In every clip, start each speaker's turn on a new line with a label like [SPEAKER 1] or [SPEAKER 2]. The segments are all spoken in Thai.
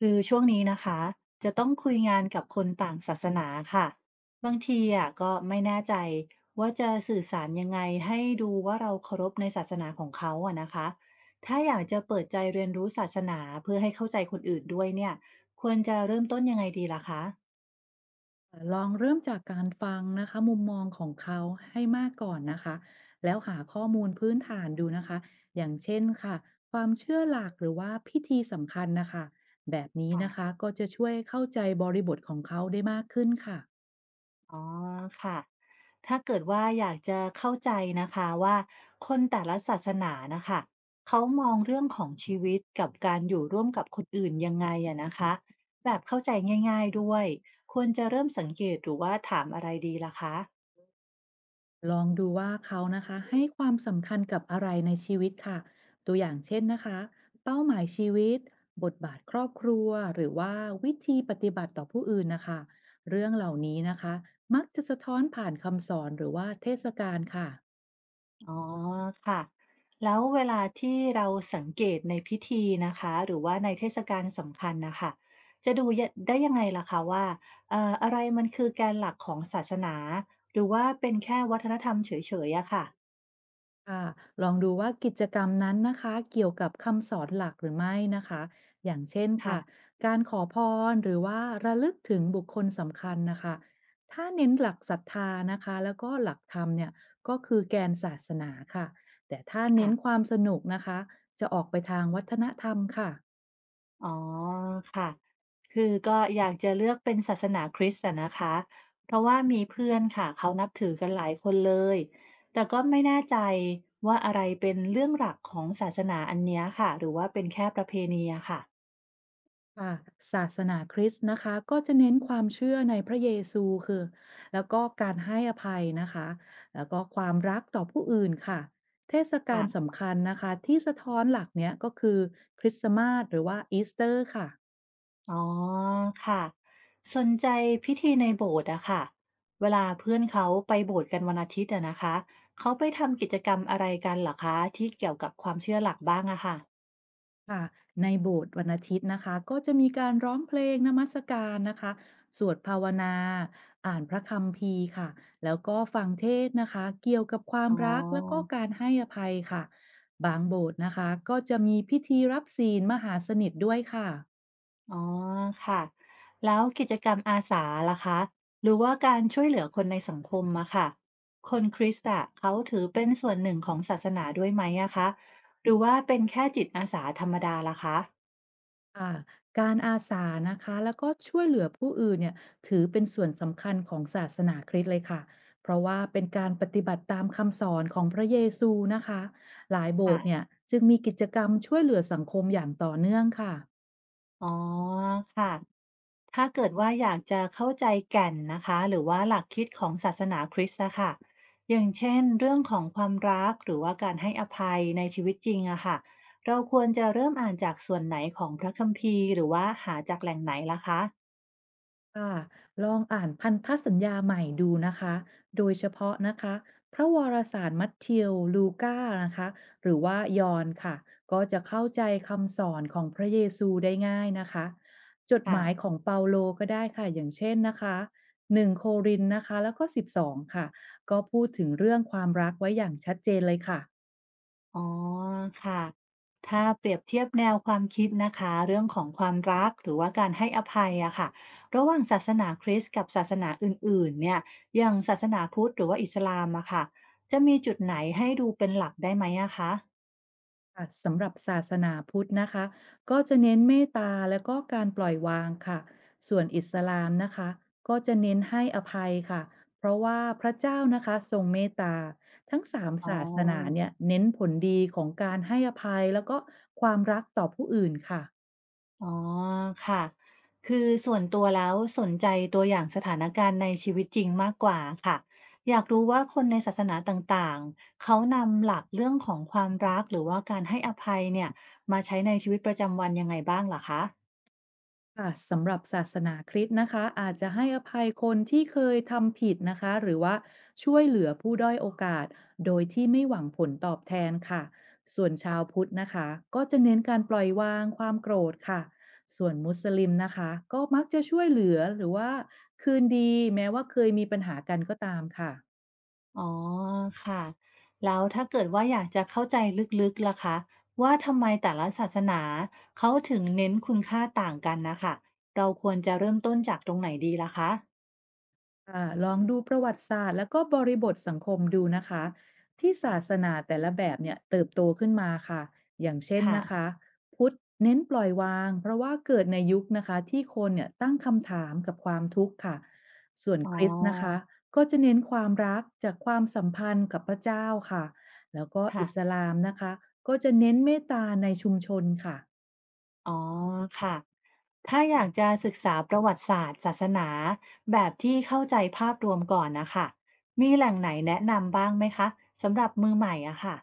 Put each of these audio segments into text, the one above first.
[SPEAKER 1] คือช่วงนี้นะคะจะต้องคุยงานกับคนต่างศาสนาค่ะบางทีอ่ะก็ไม่แน่ใจว่าจะสื่อสารยังไงให้ดูว่าเราเคารพในศาสนาของเขาอะนะคะถ้าอยากจะเปิดใจเรียนรู้ศาสนาเพื่อให้เข้าใจคนอื่นด้วยเนี่ยควรจะเริ่มต้นยังไงดีล่ะคะ
[SPEAKER 2] ลองเริ่มจากการฟังนะคะมุมมองของเขาให้มากก่อนนะคะแล้วหาข้อมูลพื้นฐานดูนะคะอย่างเช่นค่ะความเชื่อหลักหรือว่าพิธีสำคัญนะคะแบบนี้
[SPEAKER 1] ค่ะ
[SPEAKER 2] นะคะก็จะช่วยเข้าใจบริบทของเขาได้มากขึ้นค่ะ
[SPEAKER 1] อ๋อค่ะ ถ้าเกิดว่าอยากจะเข้าใจนะคะว่าคนแต่ละศาสนานะคะเขามองเรื่องของชีวิตกับการอยู่ร่วมกับคนอื่นยังไงอะนะคะแบบเข้าใจง่ายๆด้วยควรจะเริ่มสังเกตหรือว่าถามอะไรดีล่ะคะ
[SPEAKER 2] ลองดูว่าเขานะคะให้ความสำคัญกับอะไรในชีวิตค่ะตัวอย่างเช่นนะคะเป้าหมายชีวิตบทบาทครอบครัวหรือว่าวิธีปฏิบัติต่อผู้อื่นนะคะเรื่องเหล่านี้นะคะมักจะสะท้อนผ่านคำสอนหรือว่าเทศกาลค่ะ
[SPEAKER 1] อ๋อค่ะแล้วเวลาที่เราสังเกตในพิธีนะคะหรือว่าในเทศกาลสำคัญนะคะจะดูยะได้ยังไงล่ะคะว่าอะไรมันคือแกนหลักของศาสนาหรือว่าเป็นแค่วัฒนธรรมเฉยๆอะค่ะ
[SPEAKER 2] ค่ะลองดูว่ากิจกรรมนั้นนะคะเกี่ยวกับคำสอนหลักหรือไม่นะคะอย่างเช่น
[SPEAKER 1] ค่ะ
[SPEAKER 2] ค่ะการขอพรหรือว่าระลึกถึงบุคคลสำคัญนะคะถ้าเน้นหลักศรัทธานะคะแล้วก็หลักธรรมเนี่ยก็คือแกนศาสนาค่ะแต่ถ้าเน้
[SPEAKER 1] ค่ะ
[SPEAKER 2] นความสนุกนะคะจะออกไปทางวัฒนธรรมค่ะ
[SPEAKER 1] อ๋อค่ะคือก็อยากจะเลือกเป็นศาสนาคริสต์อะนะคะเพราะว่ามีเพื่อนค่ะเขานับถือกันหลายคนเลยแต่ก็ไม่แน่ใจว่าอะไรเป็นเรื่องหลักของศาสนาอันเนี้ยค่ะหรือว่าเป็นแค่ประเพณีอะค่ะ
[SPEAKER 2] ค่ะศาสนาคริสต์นะคะก็จะเน้นความเชื่อในพระเยซูคือแล้วก็การให้อภัยนะคะแล้วก็ความรักต่อผู้อื่นค่ะเทศกา
[SPEAKER 1] ค่ะ
[SPEAKER 2] ลสำคัญนะคะที่สะท้อนหลักเนี้ยก็คือคริสต์มาสหรือว่าอีสเตอร์ค่ะ
[SPEAKER 1] อ๋อค่ะสนใจพิธีในโบสถ์อะค่ะเวลาเพื่อนเขาไปโบสถ์กันวันอาทิตย์อะนะคะเขาไปทำกิจกรรมอะไรกันเหรอคะที่เกี่ยวกับความเชื่อหลักบ้างอะค่ะ
[SPEAKER 2] ค่ะในโบสถ์วันอาทิตย์นะคะก็จะมีการร้องเพลงนมัสการนะคะสวดภาวนาอ่านพระคัมภีร์ค่ะแล้วก็ฟังเทศน์นะคะเกี่ยวกับความ
[SPEAKER 1] อ๋อ
[SPEAKER 2] รักแล้วก็การให้อภัยค่ะบางโบสถ์นะคะก็จะมีพิธีรับศีลมหาสนิทด้วยค่ะ
[SPEAKER 1] อ๋อค่ะแล้วกิจกรรมอาสาล่ะคะหรือว่าการช่วยเหลือคนในสังคมอะค่ะคนคริสต์อะเขาถือเป็นส่วนหนึ่งของศาสนาด้วยไหมอะคะหรือว่าเป็นแค่จิตอาสาธรรมดาล่ะคะ
[SPEAKER 2] ค่ะการอาสานะคะแล้วก็ช่วยเหลือผู้อื่นเนี่ยถือเป็นส่วนสำคัญของศาสนาคริสต์เลยค่ะเพราะว่าเป็นการปฏิบัติตามคำสอนของพระเยซูนะคะหลายโบสถ์เนี่ย
[SPEAKER 1] ค่ะ
[SPEAKER 2] จึงมีกิจกรรมช่วยเหลือสังคมอย่างต่อเนื่องค่ะ
[SPEAKER 1] อ๋อค่ะ ถ้าเกิดว่าอยากจะเข้าใจแก่นนะคะหรือว่าหลักคิดของศาสนาคริสต์อะค่ะอย่างเช่นเรื่องของความรักหรือว่าการให้อภัยในชีวิตจริงอะค่ะเราควรจะเริ่มอ่านจากส่วนไหนของพระคัมภีร์หรือว่าหาจากแหล่งไหนล่ะคะ
[SPEAKER 2] ค่ะลองอ่านพันธสัญญาใหม่ดูนะคะ โดยเฉพาะนะคะพระวารสารมัทธิวลูกานะคะหรือว่ายอห์นค่ะก็จะเข้าใจคำสอนของพระเยซูได้ง่ายนะคะจดห
[SPEAKER 1] ค่ะ
[SPEAKER 2] มายของเปาโลก็ได้ค่ะอย่างเช่นนะคะ1โครินธ์นะคะแล้วก็12ค่ะก็พูดถึงเรื่องความรักไว้อย่างชัดเจนเลยค่ะ
[SPEAKER 1] อ๋อค่ะ ถ้าเปรียบเทียบแนวความคิดนะคะเรื่องของความรักหรือว่าการให้อภัยอะค่ะระหว่างศาสนาคริสต์กับศาสนาอื่นๆเนี่ยอย่างศาสนาพุทธหรือว่าอิสลามอะค่ะจะมีจุดไหนให้ดูเป็นหลักได้ไหมอะคะ
[SPEAKER 2] ค่ะสำหรับศาสนาพุทธนะคะก็จะเน้นเมตตาและก็การปล่อยวางค่ะส่วนอิสลามนะคะก็จะเน้นให้อภัยค่ะเพราะว่าพระเจ้านะคะทรงเมตตาทั้งสาม
[SPEAKER 1] อ๋อ
[SPEAKER 2] ศาสนาเนี่ยเน้นผลดีของการให้อภัยแล้วก็ความรักต่อผู้อื่นค่ะ
[SPEAKER 1] อ๋อค่ะคือส่วนตัวแล้วสนใจตัวอย่างสถานการณ์ในชีวิตจริงมากกว่าค่ะอยากรู้ว่าคนในศาสนาต่างๆ เขานำหลักเรื่องของความรักหรือว่าการให้อภัยเนี่ยมาใช้ในชีวิตประจำวันยังไงบ้างเหรอคะ
[SPEAKER 2] ค่ะสำหรับศาสนาคริสต์นะคะอาจจะให้อภัยคนที่เคยทำผิดนะคะหรือว่าช่วยเหลือผู้ด้อยโอกาสโดยที่ไม่หวังผลตอบแทนค่ะส่วนชาวพุทธนะคะก็จะเน้นการปล่อยวางความโกรธค่ะส่วนมุสลิมนะคะก็มักจะช่วยเหลือหรือว่าคืนดีแม้ว่าเคยมีปัญหากันก็ตามค่ะ
[SPEAKER 1] อ๋อค่ะแล้วถ้าเกิดว่าอยากจะเข้าใจลึกๆล่ะคะว่าทำไมแต่ละศาสนาเขาถึงเน้นคุณค่าต่างกันนะค่ะ เราควรจะเริ่มต้นจากตรงไหนดีล่ะคะ
[SPEAKER 2] ค่ะลองดูประวัติศาสตร์แล้วก็บริบทสังคมดูนะคะที่ศาสนาแต่ละแบบเนี่ยเติบโตขึ้นมาค่ะอย่างเช่น
[SPEAKER 1] ค่ะ
[SPEAKER 2] นะคะพุทธเน้นปล่อยวางเพราะว่าเกิดในยุคนะคะที่คนเนี่ยตั้งคำถามกับความทุกข์ค่ะส่วน
[SPEAKER 1] อ๋อ
[SPEAKER 2] คริสต์นะคะก็จะเน้นความรักจากความสัมพันธ์กับพระเจ้าค่ะแล้วก็
[SPEAKER 1] ค่ะ
[SPEAKER 2] อิสลามนะคะก็จะเน้นเมตตาในชุมชนค่ะ
[SPEAKER 1] อ๋อค่ะถ้าอยากจะศึกษาประวัติศาสตร์ศาสนาแบบที่เข้าใจภาพรวมก่อนนะคะมีแหล่งไหนแนะนำบ้างไหมคะสำหรับมือใหม่อะค่ะ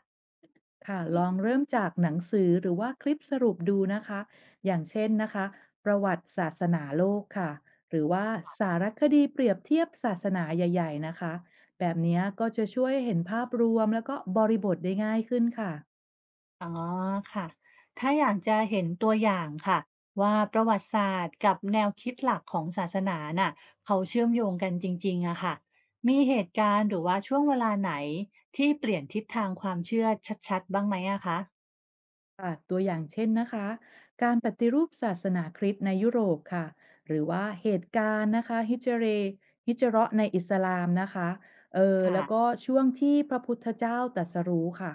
[SPEAKER 2] ค่ะลองเริ่มจากหนังสือหรือว่าคลิปสรุปดูนะคะอย่างเช่นนะคะประวัติศาสนาโลกค่ะหรือว่าสารคดีเปรียบเทียบศาสนาใหญ่ๆนะคะแบบเนี้ยก็จะช่วยเห็นภาพรวมแล้วก็บริบทได้ง่ายขึ้นค่ะ
[SPEAKER 1] อ๋อค่ะถ้าอยากจะเห็นตัวอย่างค่ะว่าประวัติศาสตร์กับแนวคิดหลักของศาสนาน่ะเขาเชื่อมโยงกันจริงๆอะค่ะมีเหตุการณ์หรือว่าช่วงเวลาไหนที่เปลี่ยนทิศทางความเชื่อชัดๆบ้างไหมอะคะ
[SPEAKER 2] ค่ะตัวอย่างเช่นนะคะการปฏิรูปศาสนาคริสต์ในยุโรปค่ะหรือว่าเหตุการณ์นะคะฮิจเราะห์ในอิสลามนะคะแล้วก็
[SPEAKER 1] ค่ะ
[SPEAKER 2] ช่วงที่พระพุทธเจ้าตรัสรู้ค่ะ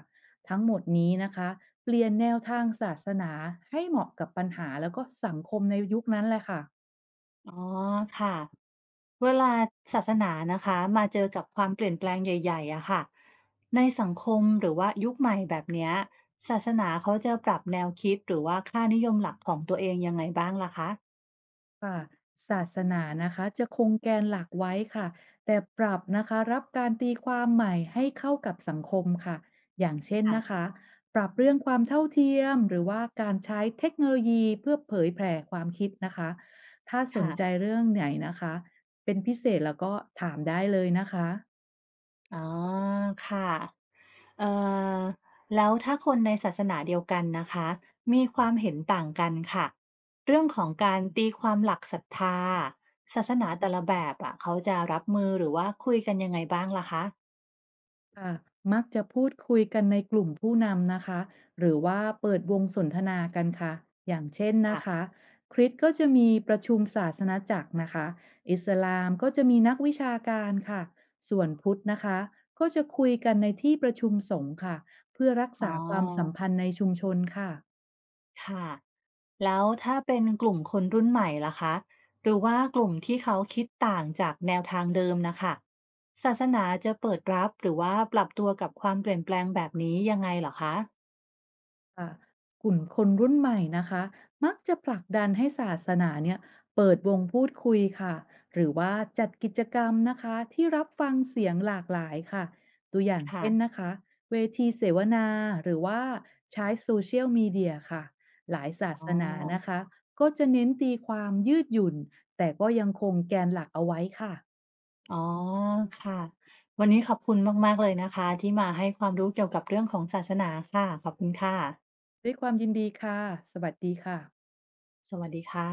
[SPEAKER 2] ทั้งหมดนี้นะคะเปลี่ยนแนวทางศาสนาให้เหมาะกับปัญหาแล้วก็สังคมในยุคนั้นแหละค่ะ
[SPEAKER 1] อ๋อค่ะ เวลาศาสนานะคะมาเจอกับความเปลี่ยนแปลงใหญ่ๆอะค่ะในสังคมหรือว่ายุคใหม่แบบเนี้ยศาสนาเขาจะปรับแนวคิดหรือว่าค่านิยมหลักของตัวเองยังไงบ้างล่ะคะ
[SPEAKER 2] ค่ะศาสนานะคะจะคงแกนหลักไว้ค่ะแต่ปรับนะคะรับการตีความใหม่ให้เข้ากับสังคมค่ะอย่างเช่นนะ
[SPEAKER 1] ค่ะ
[SPEAKER 2] คะปรับเรื่องความเท่าเทียมหรือว่าการใช้เทคโนโลยีเพื่อเผยแผ่ความคิดนะคะถ้าสนใจ
[SPEAKER 1] ค่ะ
[SPEAKER 2] เรื่องไหนนะคะเป็นพิเศษแล้วก็ถามได้เลยนะคะ
[SPEAKER 1] อ๋อค่ะเอ่อแล้วถ้าคนในศาสนาเดียวกันนะคะมีความเห็นต่างกันค่ะเรื่องของการตีความหลักศรัทธาศาสนาแต่ละแบบอะเขาจะรับมือหรือว่าคุยกันยังไงบ้างล่ะคะ
[SPEAKER 2] ค่ะมักจะพูดคุยกันในกลุ่มผู้นำนะคะหรือว่าเปิดวงสนทนากันค่ะอย่างเช่นนะ
[SPEAKER 1] ค่ะ
[SPEAKER 2] คะคริสต์ก็จะมีประชุมศาสนจักรนะคะอิสลามก็จะมีนักวิชาการค่ะส่วนพุทธนะคะก็จะคุยกันในที่ประชุมสงฆ์ค่ะเพื่อรัก
[SPEAKER 1] อ๋อ
[SPEAKER 2] ษาความสัมพันธ์ในชุมชนค่ะ
[SPEAKER 1] ค่ะแล้วถ้าเป็นกลุ่มคนรุ่นใหม่ล่ะคะหรือว่ากลุ่มที่เขาคิดต่างจากแนวทางเดิมนะคะศาสนาจะเปิดรับหรือว่าปรับตัวกับความเปลี่ยนแปลงแบบนี้ยังไงเหรอคะ
[SPEAKER 2] ค่ะกลุ่มคนรุ่นใหม่นะคะมักจะผลักดันให้ศาสนาเนี่ยเปิดวงพูดคุยค่ะหรือว่าจัดกิจกรรมนะคะที่รับฟังเสียงหลากหลายค่ะตัวอย่างเช่น
[SPEAKER 1] ค่ะ
[SPEAKER 2] นะคะเวทีเสวนาหรือว่าใช้โซเชียลมีเดียค่ะหลายศา
[SPEAKER 1] อ๋
[SPEAKER 2] ส
[SPEAKER 1] อ
[SPEAKER 2] นานะคะก็จะเน้นตีความยืดหยุ่นแต่ก็ยังคงแกนหลักเอาไว้ค่ะ
[SPEAKER 1] อ๋อค่ะวันนี้ขอบคุณมากๆเลยนะคะที่มาให้ความรู้เกี่ยวกับเรื่องของศาสนาค่ะขอบคุณค่ะ
[SPEAKER 2] ด้วยความยินดีค่ะสวัสดีค่ะ
[SPEAKER 1] สวัสดีค่ะ